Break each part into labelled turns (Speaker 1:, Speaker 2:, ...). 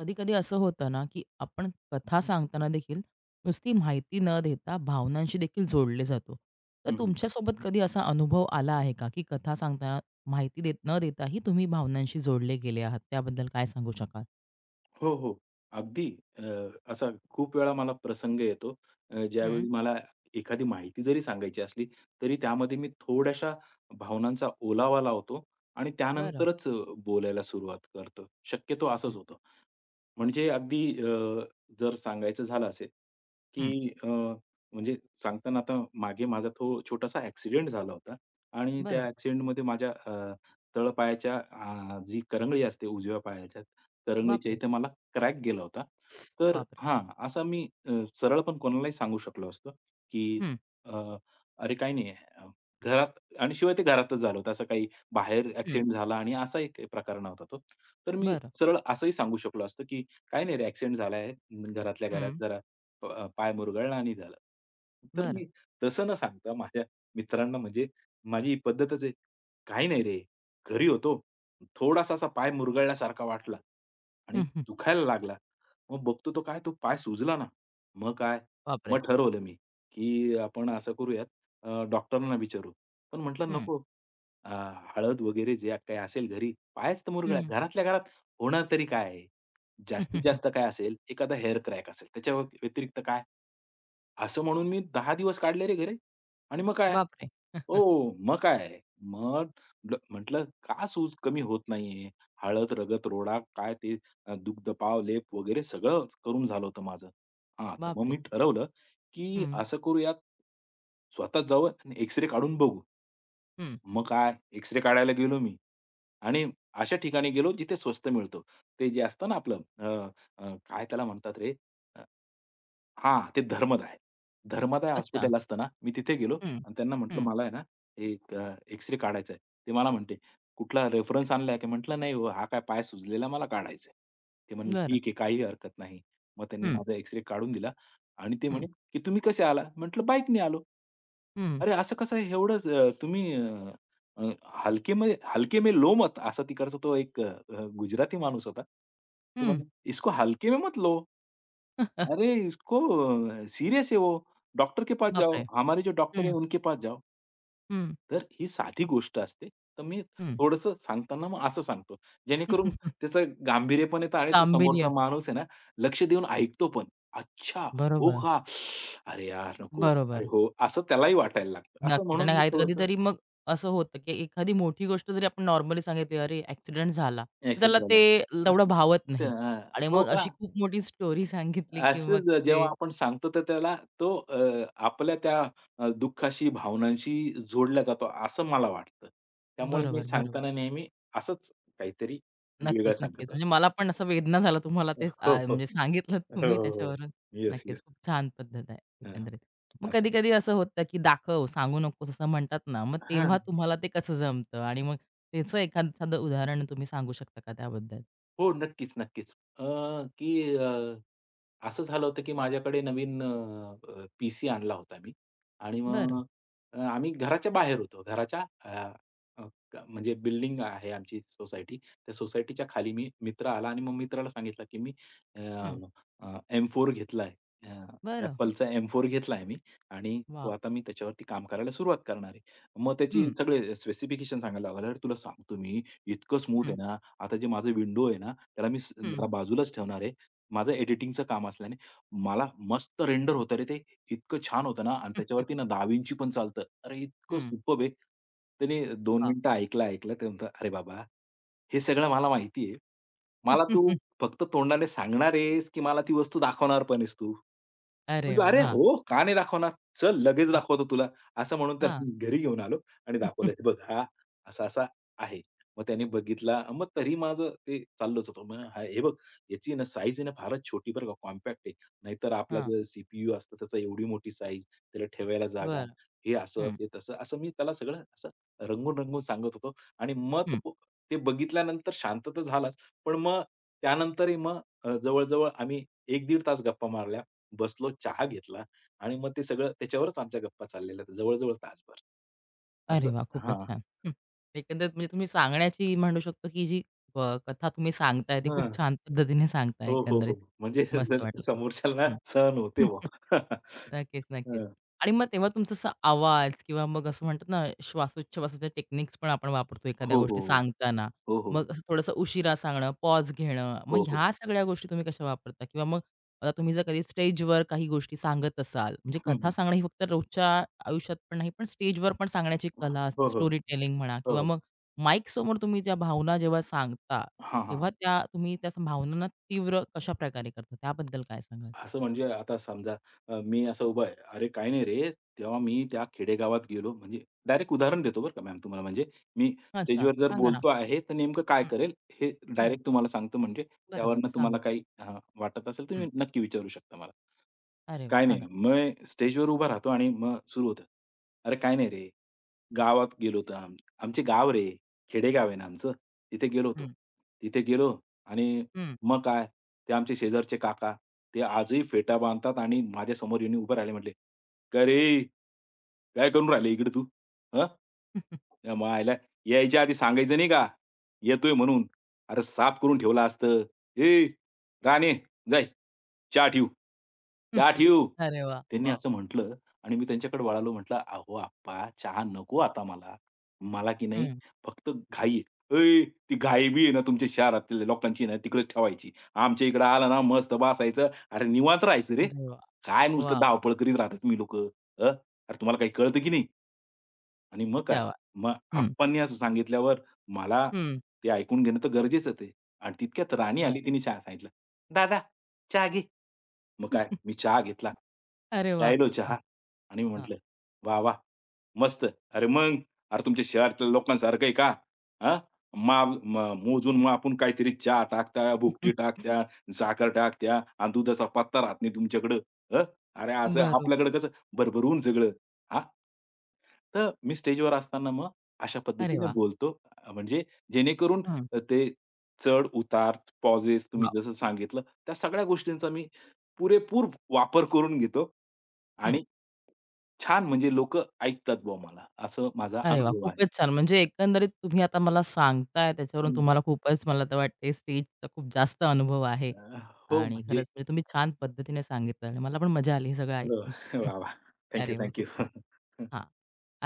Speaker 1: कधी-कधी असं होतं ना, की आपण कथा सांगताना देखील नुसती माहिती न देता भावनांशी देखील जोडले जातो. तर
Speaker 2: हं,
Speaker 1: तुमच्यासोबत कधी असा अनुभव आला आहे का, की कथा सांगताना माहिती देत न देताही तुम्ही भावनांशी जोडले गेले आहात? त्याबद्दल काय सांगू शकाल?
Speaker 2: हो, हो. अगदी अ, असा खूप वेळा मला प्रसंग येतो
Speaker 1: हं,
Speaker 2: ज्यावेळी मला एखादी माहिती जरी सांगायची असली, तरी त्यामध्ये मी थोड्याशा भावनांचा ओलावा लावतो आणि
Speaker 1: बरं.
Speaker 2: त्यानंतरच बोलायला सुरुवात करतो. शक्यतो
Speaker 1: हं,
Speaker 2: असंच होतं. म्हणजे अगदी जर सांगायचं झालं असेल,
Speaker 1: हं,
Speaker 2: की म्हणजे सांगताना आता मागे माझा तो छोटासा ॲक्सिडेंट झाला होता आणि त्या
Speaker 1: बरं.
Speaker 2: ॲक्सिडेंटमध्ये माझ्या तळपायाच्या जी करंगळी असते उजव्या पायाच्या करंगळीच्या
Speaker 1: बापरे!
Speaker 2: इथे मला क्रॅक गेला होता. तर
Speaker 1: बापरे!
Speaker 2: हां, असा मी सरळ पण कोणालाही सांगू शकलो असतो, की
Speaker 1: हं,
Speaker 2: अ, "अरे काही नाही घरात" आणि शिवाय ते घरातच झालं होतं. असं काही बाहेर
Speaker 1: हं,
Speaker 2: ॲक्सिडेंट झाला आणि असा एक प्रकार नव्हता तो. तर मी
Speaker 1: बरं.
Speaker 2: सरळ असंही सांगू शकलो असतो, की "काही नाही रे ॲक्सिडेंट झालाय घरातल्या घरात
Speaker 1: हं,
Speaker 2: जरा पाय मुरगळला आणि झालं." तर
Speaker 1: बरं.
Speaker 2: मी तसं न सांगता माझ्या मित्रांना म्हणजे माझी ही पद्धतच आहे. "काही नाही रे." घरी होतो. थोडासा असा पाय मुरगळल्यासारखा वाटला आणि
Speaker 1: हं, हं.
Speaker 2: दुखायला लागला. मग बघतो तो काय तो पाय सुजला ना. मग काय?
Speaker 1: बापरे!
Speaker 2: मग ठरवलं मी, की आपण असं करूयात डॉक्टरांना विचारू. पण म्हटलं
Speaker 1: हं,
Speaker 2: नको. अ, हळद वगैरे जे काही असेल घरी, पायच तर मुरगळला.
Speaker 1: हं.
Speaker 2: घरातल्या घरात होणार तरी काय आहे?
Speaker 1: हं,
Speaker 2: जास्तीत
Speaker 1: हं, हं.
Speaker 2: जास्त काय असेल? एखादा हेअर क्रॅक असेल. त्याच्या व्यतिरिक्त काय? असं म्हणून मी 10 दिवस काढले रे घरी आणि मग काय?
Speaker 1: बापरे!
Speaker 2: हो, मग काय? मग म्हटलं म्हटलं, का सूज कमी होत नाहीये? हळद, रगत, रोडा, काय ते दुग्धपाव, लेप वगैरे सगळं करून झालं होतं माझं. हां, तर मग
Speaker 1: बापरे!
Speaker 2: मी ठरवलं, की
Speaker 1: हं,
Speaker 2: असं करूयात, स्वतःच जाऊया आणि एक्स काढून बघू.
Speaker 1: हं.
Speaker 2: मग काय एक्स काढायला गेलो मी आणि अशा ठिकाणी गेलो जिथे स्वस्त मिळतो. ते जे असतं ना आपलं अ, अ, काय त्याला म्हणतात रे? हां, ते धर्मदाय. धर्मदाय
Speaker 1: अच्छा.
Speaker 2: हॉस्पिटल असतं ना, मी तिथे गेलो
Speaker 1: हं,
Speaker 2: आणि त्यांना म्हटलं,
Speaker 1: हं.
Speaker 2: "मला आहे ना, एक काढायचा आहे." ते मला म्हणते, "कुठला रेफरन्स आणलाय का?" म्हटलं, "नाही हो, हा काय पाय सुजलेला मला काढायचा आहे." ते म्हणले,
Speaker 1: बरं.
Speaker 2: "ठीक आहे, काही हरकत नाही." मग त्यांनी
Speaker 1: हं,
Speaker 2: माझा एक्स काढून दिला आणि ते
Speaker 1: हं,
Speaker 2: म्हणे, की "तुम्ही कसे आला?" म्हटलं, "बाईकने आलो."
Speaker 1: हं.
Speaker 2: "अरे, असं कसं आहे, एवढंच अ, तुम्ही अ, अ, हलके में हलके में लो मत" असा तिकडचा तो एक गुजराती माणूस होता. तो
Speaker 1: हं.
Speaker 2: म्हणे, "इसको हलके में मत लो. अरे इसको सीरियस है वो. डॉक्टर के पास
Speaker 1: बापरे!
Speaker 2: जाओ. हमारे जो डॉक्टर है
Speaker 1: हं,
Speaker 2: उनके पास जाओ."
Speaker 1: हं,
Speaker 2: तर ही साधी गोष्ट असते. तर मी
Speaker 1: हं.
Speaker 2: थोडंसं सांगताना मग असं सांगतो. जेणेकरून त्याचं गांभीर्य पण येतं आणि तो समोरचा
Speaker 1: गांभीर्य.
Speaker 2: माणूस आहे ना, लक्ष देऊन ऐकतो पण. "अच्छा, हो
Speaker 1: बरोबर,
Speaker 2: का? अरे यार नको. अरे
Speaker 1: बरोबर.
Speaker 2: हो." असं त्यालाही वाटायला लागतं. असं
Speaker 1: नक्कीच आणि
Speaker 2: म्हणून मी
Speaker 1: काही
Speaker 2: थोडंसं
Speaker 1: कधीतरी मग असं होतं, की एखादी मोठी गोष्ट जरी आपण नॉर्मली सांगितली, "अरे, ॲक्सिडेंट झाला." तर
Speaker 2: ॲक्शन
Speaker 1: त्याला ते
Speaker 2: झालं.
Speaker 1: तेवढं भावत नाही
Speaker 2: तर
Speaker 1: आणि
Speaker 2: "हो
Speaker 1: मग
Speaker 2: का?"
Speaker 1: अशी खूप मोठी स्टोरी सांगितली, की
Speaker 2: असं
Speaker 1: मग ते
Speaker 2: जेव्हा आपण सांगतो तर त्याला तो आपल्या त्या दुःखाशी, भावनांशी जोडला जातो असं मला वाटतं. त्यामुळे मी
Speaker 1: बरोबर, बरोबर.
Speaker 2: सांगताना नेहमी असंच काहीतरी वेगळं
Speaker 1: नक्कीच, नक्कीच.
Speaker 2: सांगत
Speaker 1: म्हणजे
Speaker 2: असतो.
Speaker 1: मला पण असं वेदना झालं तुम्हाला तेच
Speaker 2: हो, हो. हो,
Speaker 1: म्हणजे सांगितलंत तुम्ही
Speaker 2: हो, हो.
Speaker 1: त्याच्यावरून.
Speaker 2: येस,
Speaker 1: नक्कीच,
Speaker 2: येस.
Speaker 1: खूप छान पद्धत आहे एकंदरीत. मग
Speaker 2: असं.
Speaker 1: कधी-कधी असं होतं, की दाखव, सांगू नकोस असं म्हणतात ना, मग तेव्हा
Speaker 2: हां.
Speaker 1: तुम्हाला ते कसं जमतं आणि मग त्याचं एखादं उदाहरण तुम्ही सांगू शकता का त्याबद्दल?
Speaker 2: हो, नक्कीच, नक्कीच. की असं झालं होतं, की माझ्याकडे नवीन अ, अ, आणला होता मी आणि
Speaker 1: बरं.
Speaker 2: मग आम्ही घराच्या बाहेर होतो. घराच्या अ, अ, म्हणजे बिल्डिंग आहे आमची सोसायटी. त्या सोसायटीच्या खाली मी मित्र आला आणि मग मित्राला सांगितलं, की मी अ,
Speaker 1: हं.
Speaker 2: अ, M4 घेतलाय. अ,
Speaker 1: बरं.
Speaker 2: Appleचा M4 घेतलाय मी आणि तो
Speaker 1: वॉव!
Speaker 2: आता मी त्याच्यावरती काम करायला सुरुवात करणार आहे. मग त्याची
Speaker 1: हं,
Speaker 2: सगळे स्पेसिफिकेशन सांगायला लागला. "अरे, तुला सांगतो मी, इतकं स्मूथ
Speaker 1: हं,
Speaker 2: आहे ना, आता जे माझं विंडो आहे ना, त्याला मी
Speaker 1: हं,
Speaker 2: जरा बाजूलाच ठेवणार आहे. माझं एडिटिंगचं काम असल्याने मला मस्त रेंडर होतं रे ते. इतकं छान होतं ना आणि
Speaker 1: हं,
Speaker 2: त्याच्यावरती ना दावींची Vinci पण चालतं. अरे, इतकं
Speaker 1: हं.
Speaker 2: सुपर्ब आहे. त्याने दोन
Speaker 1: वॉव!
Speaker 2: मिनिटं ऐकलं-ऐकलं ते म्हणतं, "अरे बाबा, हे सगळं मला माहिती आहे. मला तू फक्त तोंडाने सांगणार आहेस, की मला ती वस्तू दाखवणार पण आहेस तू?"
Speaker 1: अरे
Speaker 2: म्हणतो,
Speaker 1: वाह!
Speaker 2: "अरे
Speaker 1: हां,
Speaker 2: हो, का नाही दाखवणार? चल लगेच
Speaker 1: हां,
Speaker 2: दाखवतो तुला." असं म्हणून त्याला
Speaker 1: हां.
Speaker 2: मी घरी घेऊन आलो आणि
Speaker 1: हां.
Speaker 2: दाखवलं, "हे बघ, हा असा-असा आहे." मग त्याने बघितला. मग तरी माझं ते चाललंच होतं. मग हे बघ, याची आहे ना साईज आहे ना फारच छोटी बरं का, कॉम्पॅक्ट आहे. नाहीतर आपला जो सीपीयू असतो त्याचा एवढी मोठी साईज, त्याला ठेवायला जागा,
Speaker 1: बरं.
Speaker 2: हे असं,
Speaker 1: हं,
Speaker 2: ते तसं. असं मी त्याला सगळं असं रंगून-रंगून सांगत होतो आणि मग
Speaker 1: हं.
Speaker 2: तो ते बघितल्यानंतर शांत तर झालाच. पण मग त्यानंतरही मग जवळ आम्ही 1-1.5 तास गप्पा मारल्या. बसलो, चहा घेतला आणि मग ते सगळं त्याच्यावरच आमच्या गप्पा चाललेल्या आहेत जवळ तासभर.
Speaker 1: अरे
Speaker 2: असं
Speaker 1: वाह! खूपच
Speaker 2: हां.
Speaker 1: छान. हं. एकंदरीत म्हणजे तुम्ही सांगण्याची म्हणू शकतो, की जी कथा तुम्ही सांगताय, ती खूप
Speaker 2: हां.
Speaker 1: छान पद्धतीने सांगताय
Speaker 2: हो, हो,
Speaker 1: एकंदरीत.
Speaker 2: हो. म्हणजे
Speaker 1: मस्त
Speaker 2: जर
Speaker 1: वाटलं.
Speaker 2: समोरच्याला
Speaker 1: हं.
Speaker 2: सहन होते बुवा.
Speaker 1: नक्कीच, नक्कीच.
Speaker 2: हं.
Speaker 1: आणि मग तेव्हा तुमचा असा आवाज किंवा मग असं म्हणतात ना, श्वासोच्छवासाच्या टेक्निक्स पण आपण वापरतो एखाद्या
Speaker 2: हो, हो,
Speaker 1: गोष्टी सांगताना.
Speaker 2: हो, हो,
Speaker 1: मग असं थोडंसं उशिरा सांगणं, पॉज घेणं, मग
Speaker 2: हो, हो. हो.
Speaker 1: ह्या सगळ्या गोष्टी तुम्ही कशा वापरता? किंवा मग आता तुम्ही जर कधी स्टेजवर काही गोष्टी सांगत असाल, म्हणजे
Speaker 2: हं,
Speaker 1: कथा
Speaker 2: हं.
Speaker 1: सांगणं ही फक्त रोजच्या आयुष्यात पण नाही, पण स्टेजवर पण सांगण्याची कला असते.
Speaker 2: हो, हो,
Speaker 1: स्टोरी टेलिंग म्हणा
Speaker 2: हो,
Speaker 1: किंवा
Speaker 2: हो.
Speaker 1: मग माईकसमोर तुम्ही ज्या भावना जेव्हा सांगता,
Speaker 2: हां, हां.
Speaker 1: तेव्हा त्या तुम्ही त्या भावनांना तीव्र कशाप्रकारे करता? त्याबद्दल काय सांगाल?
Speaker 2: असं म्हणजे आता समजा मी असं उभा आहे. "अरे काही नाही रे." तेव्हा मी त्या खेडेगावात गेलो म्हणजे डायरेक्ट उदाहरण देतो बरं का मॅम तुम्हाला म्हणजे मी
Speaker 1: अच्छा,
Speaker 2: स्टेजवर जर
Speaker 1: सांगा ना.
Speaker 2: बोलतो आहे, तर नेमकं काय
Speaker 1: हं,
Speaker 2: करेल हे
Speaker 1: हं.
Speaker 2: डायरेक्ट तुम्हाला सांगतो म्हणजे
Speaker 1: बरं, बरं.
Speaker 2: त्यावरनं
Speaker 1: सांगा.
Speaker 2: तुम्हाला काही हां, वाटत असेल
Speaker 1: हं.
Speaker 2: तुम्ही नक्की विचारू शकता मला.
Speaker 1: अरे वाह!
Speaker 2: काही नाही.
Speaker 1: सांगा.
Speaker 2: मग स्टेजवर उभा राहतो आणि मग सुरू होतं. "अरे, काही नाही रे. गावात गेलो होतो आमचे गाव रे, खेडेगाव आहे ना आमचं. तिथे गेलो होतो.
Speaker 1: हं,
Speaker 2: तिथे गेलो आणि
Speaker 1: हं.
Speaker 2: मग काय, ते आमचे शेजारचे काका, ते आजही फेटा बांधतात आणि माझ्यासमोर येऊन उभे राहिले म्हटले, "काय रे, काय करून राहिले इकडे तू? हं?" त्या मायला यायच्या आधी सांगायचं नाही का, येतोय म्हणून. अरे साफ करून ठेवलं असतं. "ए राणे, जा चहा ठेऊ, चहा ठेऊ."
Speaker 1: अरे वाह!
Speaker 2: त्यांनी
Speaker 1: वॉव!
Speaker 2: असं म्हटलं आणि मी त्यांच्याकडे वळालो म्हटलं, "अहो आप्पा, चहा नको
Speaker 1: हं,
Speaker 2: आता मला. मला की नाही
Speaker 1: हं.
Speaker 2: फक्त घाई आहे." "ऐ, ती घाई बी आहे ना तुमच्या शहरातल्या लोकांची ना तिकडेच ठेवायची. आमच्या इकडे आला ना मस्त बसायचं. अरे निवांत राहायचं रे.
Speaker 1: अरे वाह!
Speaker 2: काय नुसतं
Speaker 1: वॉव!
Speaker 2: धावपळ करीत राहतात तुम्ही लोकं. अरे तुम्हाला काही कळतं की नाही?" आणि मग काय?
Speaker 1: क्या बात!
Speaker 2: मग
Speaker 1: हं,
Speaker 2: आप्पांनी असं सांगितल्यावर मला
Speaker 1: हं.
Speaker 2: ते ऐकून घेणं तर गरजेचंच आहे. आणि तितक्यात राणी
Speaker 1: बरं.
Speaker 2: आली तिने चहा सांगितला. "दादा मग काय, मी चहा घेतला.
Speaker 1: अरे वाह!
Speaker 2: प्यायलो
Speaker 1: हां,
Speaker 2: चहा आणि
Speaker 1: हां.
Speaker 2: म्हटलं, "वाह! वाह! मस्त. अरे मग, अरे तुमच्या शहरातल्या लोकांसारखं आहे का? हां? माप म मोजून-मापून काहीतरी चहा टाकता, भुकटी टाकत्या, साखर टाकत्या आणि दुधाचा पत्ता राहत नाही तुमच्याकडं. हं? अरे असं
Speaker 1: बरोबर.
Speaker 2: आपल्याकडं कसं भरभरून सगळं, हां?" तर मी स्टेजवर असताना मग अशा
Speaker 1: अरे
Speaker 2: पद्धतीने
Speaker 1: वाह!
Speaker 2: बोलतो म्हणजे जेणेकरून
Speaker 1: हं.
Speaker 2: ते चढ-उतार, पॉजेस तुम्ही
Speaker 1: वॉव!
Speaker 2: जसं सांगितलं, त्या सगळ्या गोष्टींचा मी पुरेपूर वापर करून घेतो
Speaker 1: हं.
Speaker 2: आणि छान म्हणजे लोक ऐकतात बुवा मला, असं माझा
Speaker 1: अरे वाह!
Speaker 2: अनुभव आहे.
Speaker 1: खूपच छान. म्हणजे एकंदरीत तुम्ही आता मला सांगताय त्याच्यावरून
Speaker 2: हं.
Speaker 1: तुम्हाला खूपच मला तर वाटते स्टेजचा खूप जास्त अनुभव आहे
Speaker 2: अ, हो,
Speaker 1: आणि
Speaker 2: म्हणजे
Speaker 1: खरंच म्हणजे तुम्ही छान पद्धतीने सांगितलं आणि मला पण मजा आली हे सगळं
Speaker 2: हो.
Speaker 1: ऐकून. हं.
Speaker 2: वाह! वाह! थँक
Speaker 1: अरे वाह! खूप
Speaker 2: यू,
Speaker 1: छान. हां.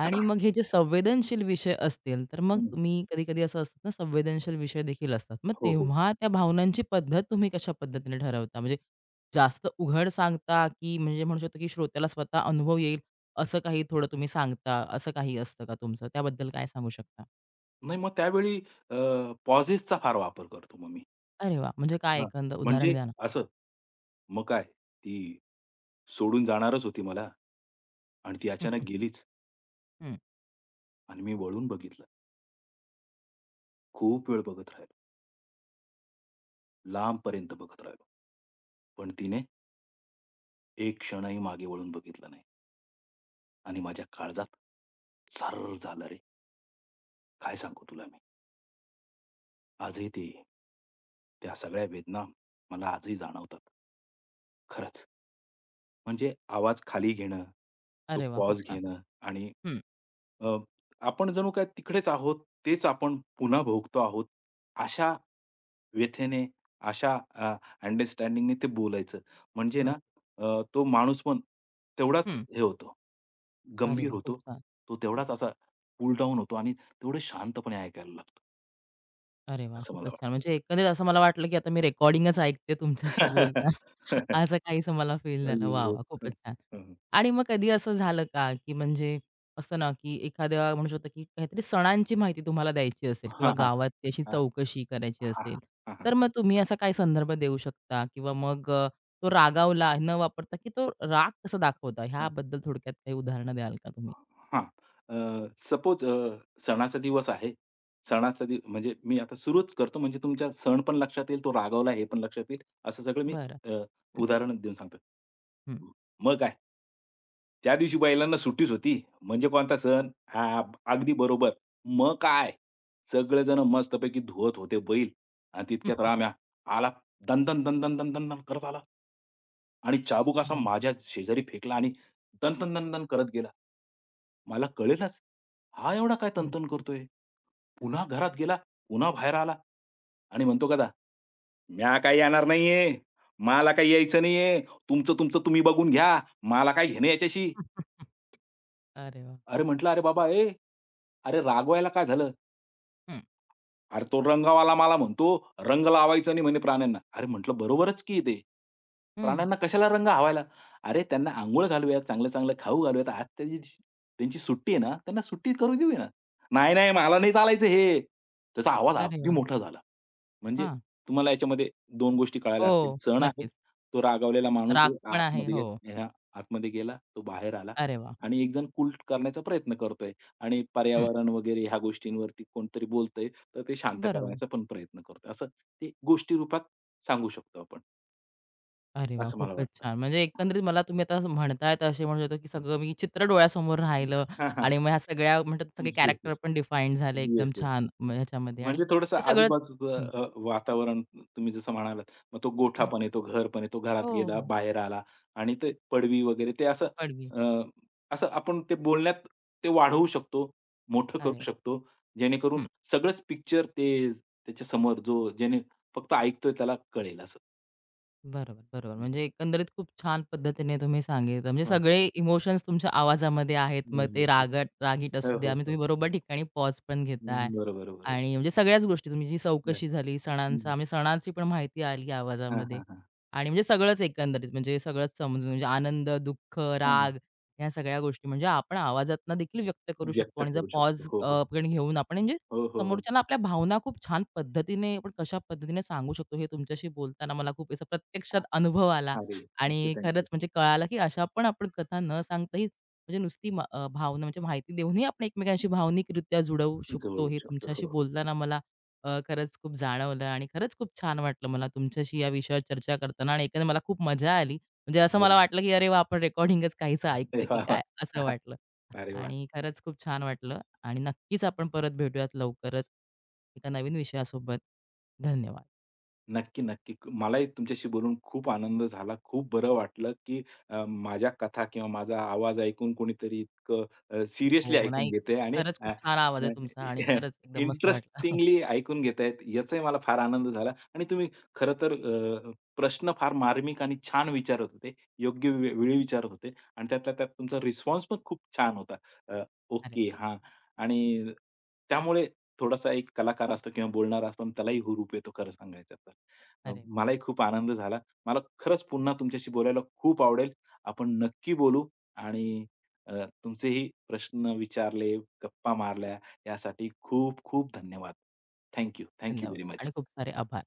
Speaker 1: आणि मग हे जे संवेदनशील विषय असतील, तर मग
Speaker 2: हं.
Speaker 1: तुम्ही कधी-कधी असं असतं ना, संवेदनशील विषय देखील असतात. मग
Speaker 2: हो, हो.
Speaker 1: तेव्हा त्या भावनांची पद्धत तुम्ही कशा पद्धतीने ठरवता? म्हणजे जास्त उघड सांगता, की म्हणजे म्हणू शकतो, की श्रोत्याला स्वतः अनुभव येईल, असं काही थोडं तुम्ही सांगता, असं काही असतं का तुमचं? त्याबद्दल काय सांगू शकता?
Speaker 2: नाही मग त्यावेळी अ, फार वापर करतो मग मी.
Speaker 1: अरे वाह! म्हणजे काय
Speaker 2: हां.
Speaker 1: एखादं उदाहरण
Speaker 2: म्हणजे
Speaker 1: द्या ना?
Speaker 2: असं, मग काय ती सोडून जाणारच होती मला आणि ती
Speaker 1: हं,
Speaker 2: अचानक
Speaker 1: हं,
Speaker 2: गेलीच
Speaker 1: हं.
Speaker 2: आणि मी वळून बघितलं. खूप वेळ बघत राहिलो. लांबपर्यंत बघत राहिलो. पण तिने एक क्षणही मागे वळून बघितलं नाही. आणि माझ्या काळजात सर्र झालं रे! काय सांगू तुला मी. आजही ते त्या सगळ्या वेदना मला आजही जाणवतात. खरंच. म्हणजे आवाज खाली घेणं, तो
Speaker 1: अरे वाह! खूप
Speaker 2: पॉज
Speaker 1: छान.
Speaker 2: घेणं आणि
Speaker 1: हं.
Speaker 2: अ, आपण जणू काय तिकडेच आहोत, तेच आपण पुन्हा भोगतो आहोत, अशा व्यथेने, अशा अंडरस्टँडिंगने ते बोलायचं. म्हणजे ना
Speaker 1: मग
Speaker 2: तो माणूस पण तेवढाच
Speaker 1: हं.
Speaker 2: हे होतो,
Speaker 1: अरे
Speaker 2: गंभीर
Speaker 1: वाह! खूप
Speaker 2: होतो.
Speaker 1: छान.
Speaker 2: तो तेवढाच असा कूल डाऊन होतो आणि तेवढं शांतपणे ऐकायला लागतो,
Speaker 1: अरे वाह!
Speaker 2: असं मला
Speaker 1: खूपच छान. म्हणजे एकंदरीत असं मला वाटलं, की आता मी रेकॉर्डिंगच ऐकते
Speaker 2: वाटतं.
Speaker 1: तुमच्याशी बोलताना. असं काहीसं मला फील झालं. वाह!
Speaker 2: अगदी.
Speaker 1: वाह! खूपच
Speaker 2: हं,
Speaker 1: छान.
Speaker 2: हं.
Speaker 1: आणि मग कधी असं झालं का, की म्हणजे असतं ना, की एखाद्या म्हणू शकतो, की काहीतरी सणांची माहिती तुम्हाला द्यायची असेल किंवा
Speaker 2: हां, हां.
Speaker 1: गावातली अशी
Speaker 2: हां,
Speaker 1: चौकशी करायची
Speaker 2: हां,
Speaker 1: असेल,
Speaker 2: हां, हां,
Speaker 1: तर मग तुम्ही असा काय संदर्भ देऊ शकता? किंवा मग तो रागावला न वापरता, की तो राग कसा दाखवता? ह्याबद्दल थोडक्यात काही उदाहरणं द्याल का तुम्ही?
Speaker 2: हां. सपोज सणाचा दिवस आहे. सणाचा दिव म्हणजे मी आता सुरूच करतो म्हणजे तुमच्या सण पण लक्षात येईल, तो रागावला हे पण लक्षात येईल. असं सगळं मी
Speaker 1: बरं.
Speaker 2: अ,
Speaker 1: हं,
Speaker 2: उदाहरण देऊन सांगतो.
Speaker 1: हं.
Speaker 2: म मग काय? त्या दिवशी बैलांना सुट्टीच होती. म्हणजे कोणता सण? हां, अगदी बरोबर. मग काय? सगळेजण मस्तपैकी धुवत होते बैल आणि तितक्यात राम्या आला दणदण, दणदण, दणदण, दण करत आला. आणि चाबूक असा
Speaker 1: अरे वाह!
Speaker 2: माझ्या शेजारी फेकला आणि दन, दन, दन, दन करत गेला. मला कळेलच, हा एवढा काय
Speaker 1: हं.
Speaker 2: तन-तन करतोय? पुन्हा घरात गेला, पुन्हा बाहेर आला आणि म्हणतो का, "म्या काही येणार नाहीये, मला काही यायचं नाहीये. तुमचं-तुमचं तुम्ही बघून घ्या. मला काय घेणं याच्याशी."
Speaker 1: अरे वाह!
Speaker 2: अरे म्हटलं, "अरे बाबा, ए, अरे रागवायला काय झालं?
Speaker 1: हं,
Speaker 2: अरे तो रंगवाला मला म्हणतो, "रंग लावायचा नाही" म्हणे प्राण्यांना. अरे म्हटलं बरोबरच की ते.
Speaker 1: हं.
Speaker 2: प्राण्यांना कशाला रंग हवायला? अरे त्यांना अंघोळ घालूयात, चांगलं-चांगलं खाऊ घालूयात. आज त्या त्यांची सुट्टी आहे ना, त्यांना सुट्टी करू देऊया. ना. "नाही, नाही मला नाही चालायचं हे." त्याचा आवाज
Speaker 1: अरे
Speaker 2: अगदी
Speaker 1: वाह!
Speaker 2: मोठा झाला. म्हणजे
Speaker 1: हां.
Speaker 2: तुम्हाला याच्यामध्ये 2 गोष्टी कळायला लागतील.
Speaker 1: हो,
Speaker 2: सण आहे,
Speaker 1: नक्कीच.
Speaker 2: तो रागावलेला माणूस
Speaker 1: राग
Speaker 2: आहे,
Speaker 1: पण आहे.
Speaker 2: आतमध्ये
Speaker 1: हो.
Speaker 2: गे हां, आतमध्ये गेला, तो बाहेर आला
Speaker 1: अरे वाह!
Speaker 2: आणि एक जण कूल करण्याचा प्रयत्न करतोय आणि
Speaker 1: हं.
Speaker 2: पर्यावरण वगैरे ह्या गोष्टींवरती कोणतरी बोलतंय. तर ते शांत
Speaker 1: बरोबर.
Speaker 2: करण्याचा पण प्रयत्न करतो. असं ते गोष्टी रूपात सांगू शकतो आपण,
Speaker 1: अरे वाह!
Speaker 2: असं मला
Speaker 1: खूपच
Speaker 2: वाटतं.
Speaker 1: छान. म्हणजे एकंदरीत मला तुम्ही आता असं म्हणताय तर असे म्हणू शकतो, की
Speaker 2: हं.
Speaker 1: सगळं मी चित्र डोळ्यासमोर राहिलं
Speaker 2: हां, हां.
Speaker 1: आणि मग ह्या सगळ्या म्हणतात सगळे
Speaker 2: येस,
Speaker 1: कॅरेक्टर
Speaker 2: येस.
Speaker 1: पण डिफाईन झाले एकदम
Speaker 2: येस, येस.
Speaker 1: छान ह्याच्यामध्ये आणि
Speaker 2: म्हणजे थोडंसं
Speaker 1: ते सगळंच
Speaker 2: आजूबाजूचं
Speaker 1: हं,
Speaker 2: वातावरण तुम्ही जसं म्हणालात, मग तो गोठा
Speaker 1: हं.
Speaker 2: पण आहे, तो घर पण आहे, तो घरात
Speaker 1: हो,
Speaker 2: गेला,
Speaker 1: हो.
Speaker 2: बाहेर आला आणि ते पडवी वगैरे ते असं
Speaker 1: पडवी.
Speaker 2: अ, असं आपण ते बोलण्यात ते वाढवू शकतो, मोठं
Speaker 1: अरे
Speaker 2: करू
Speaker 1: वाह!
Speaker 2: शकतो. जेणेकरून
Speaker 1: हं.
Speaker 2: सगळंच पिक्चर ते त्याच्यासमोर ज्याने फक्त ऐकतोय त्याला कळेल असं.
Speaker 1: बरोबर, बरोबर.
Speaker 2: हं.
Speaker 1: म्हणजे एकंदरीत खूप छान पद्धतीने तुम्ही सांगितलं. म्हणजे सगळे इमोशन्स तुमच्या आवाजामध्ये आहेत. मग
Speaker 2: हां.
Speaker 1: ते रागीट असू
Speaker 2: हो,
Speaker 1: द्या,
Speaker 2: हो,
Speaker 1: मग तुम्ही
Speaker 2: हो.
Speaker 1: बरोबर ठिकाणी पॉज पण
Speaker 2: हं,
Speaker 1: घेताय
Speaker 2: बरोबर, बरोबर.
Speaker 1: आणि म्हणजे सगळ्याच गोष्टी तुमची जी
Speaker 2: हं,
Speaker 1: चौकशी झाली सणांचा
Speaker 2: हं.
Speaker 1: म्हणजे सणांची पण माहिती आली
Speaker 2: हां,
Speaker 1: आवाजामध्ये
Speaker 2: हां, हां.
Speaker 1: आणि म्हणजे सगळंच एकंदरीत म्हणजे सगळंच समजून म्हणजे आनंद, दुःख,
Speaker 2: हां.
Speaker 1: राग ह्या सगळ्या गोष्टी म्हणजे आपण आवाजातनं देखील व्यक्त करू शकतो
Speaker 2: व्यक्त
Speaker 1: आणि जर
Speaker 2: करू
Speaker 1: पॉज
Speaker 2: शकतो. हो,
Speaker 1: अ,
Speaker 2: हो.
Speaker 1: आपण घेऊन आपण म्हणजे
Speaker 2: हो, हो, हो.
Speaker 1: समोरच्याला आपल्या भावना खूप छान पद्धतीने आपण कशा पद्धतीने सांगू शकतो हे तुमच्याशी बोलताना मला खूप असा प्रत्यक्षात अनुभव आला
Speaker 2: अरे, थँक यू,
Speaker 1: आणि
Speaker 2: थँक यू.
Speaker 1: खरंच म्हणजे कळालं की अशा पण आपण कथा न सांगताही म्हणजे नुसती भावना म्हणजे माहिती देऊनही आपण एकमेकांशी भावनिकरित्या जुडवू
Speaker 2: जुळवू
Speaker 1: शकतो हे
Speaker 2: शकतो.
Speaker 1: तुमच्याशी
Speaker 2: हो, हो.
Speaker 1: बोलताना मला खरंच खूप जाणवलं आणि खरंच खूप छान वाटलं मला तुमच्याशी या विषयावर चर्चा करताना आणि एकंदर मला खूप मजा आली म्हणजे असं मला वाटलं, की अरे वाह! आपण रेकॉर्डिंगच काहीचं
Speaker 2: अरे
Speaker 1: ऐकतोय की
Speaker 2: वाह!
Speaker 1: काय
Speaker 2: वाह!
Speaker 1: असं वाटलं.
Speaker 2: अरे वाह!
Speaker 1: आणि खरंच खूप छान वाटलं आणि नक्कीच आपण परत भेटूयात लवकरच एका नवीन विषयासोबत. धन्यवाद.
Speaker 2: नक्की, नक्की. मलाही तुमच्याशी बोलून खूप आनंद झाला. खूप बरं वाटलं, की माझ्या कथा किंवा माझा आवाज ऐकून कोणीतरी इतकं सिरियसली
Speaker 1: हो, हो.
Speaker 2: ऐकून
Speaker 1: नाही
Speaker 2: घेतंय आणि
Speaker 1: खरंच खूप छान आवाज आहे तुमचा आणि खरंच एकदम मस्त वाटलं.
Speaker 2: इंटरेस्टिंगली ऐकून घेतायत, याचाही मला फार आनंद झाला आणि तुम्ही खरं तर प्रश्न फार मार्मिक आणि छान विचारत होते. योग्य वे वेळी विचारत होते आणि त्यातल्या त्यात तुमचा रिस्पॉन्स पण खूप छान होता. अ,
Speaker 1: अरे
Speaker 2: ओके,
Speaker 1: वाह!
Speaker 2: हां. आणि त्यामुळे थोडासा एक कलाकार असतो किंवा बोलणारा असतो आणि त्यालाही हुरूप येतो खरं सांगायचं तर.
Speaker 1: अरे वाह!
Speaker 2: मलाही खूप आनंद झाला. मला खरंच पुन्हा तुमच्याशी बोलायला खूप आवडेल. आपण नक्की बोलू आणि तुमचेही प्रश्न विचारले, गप्पा मारल्या यासाठी खूप खूप धन्यवाद. Thank you.
Speaker 1: धन्यवाद
Speaker 2: व्हेरी
Speaker 1: आणि
Speaker 2: मच.
Speaker 1: खूप सारे आभार.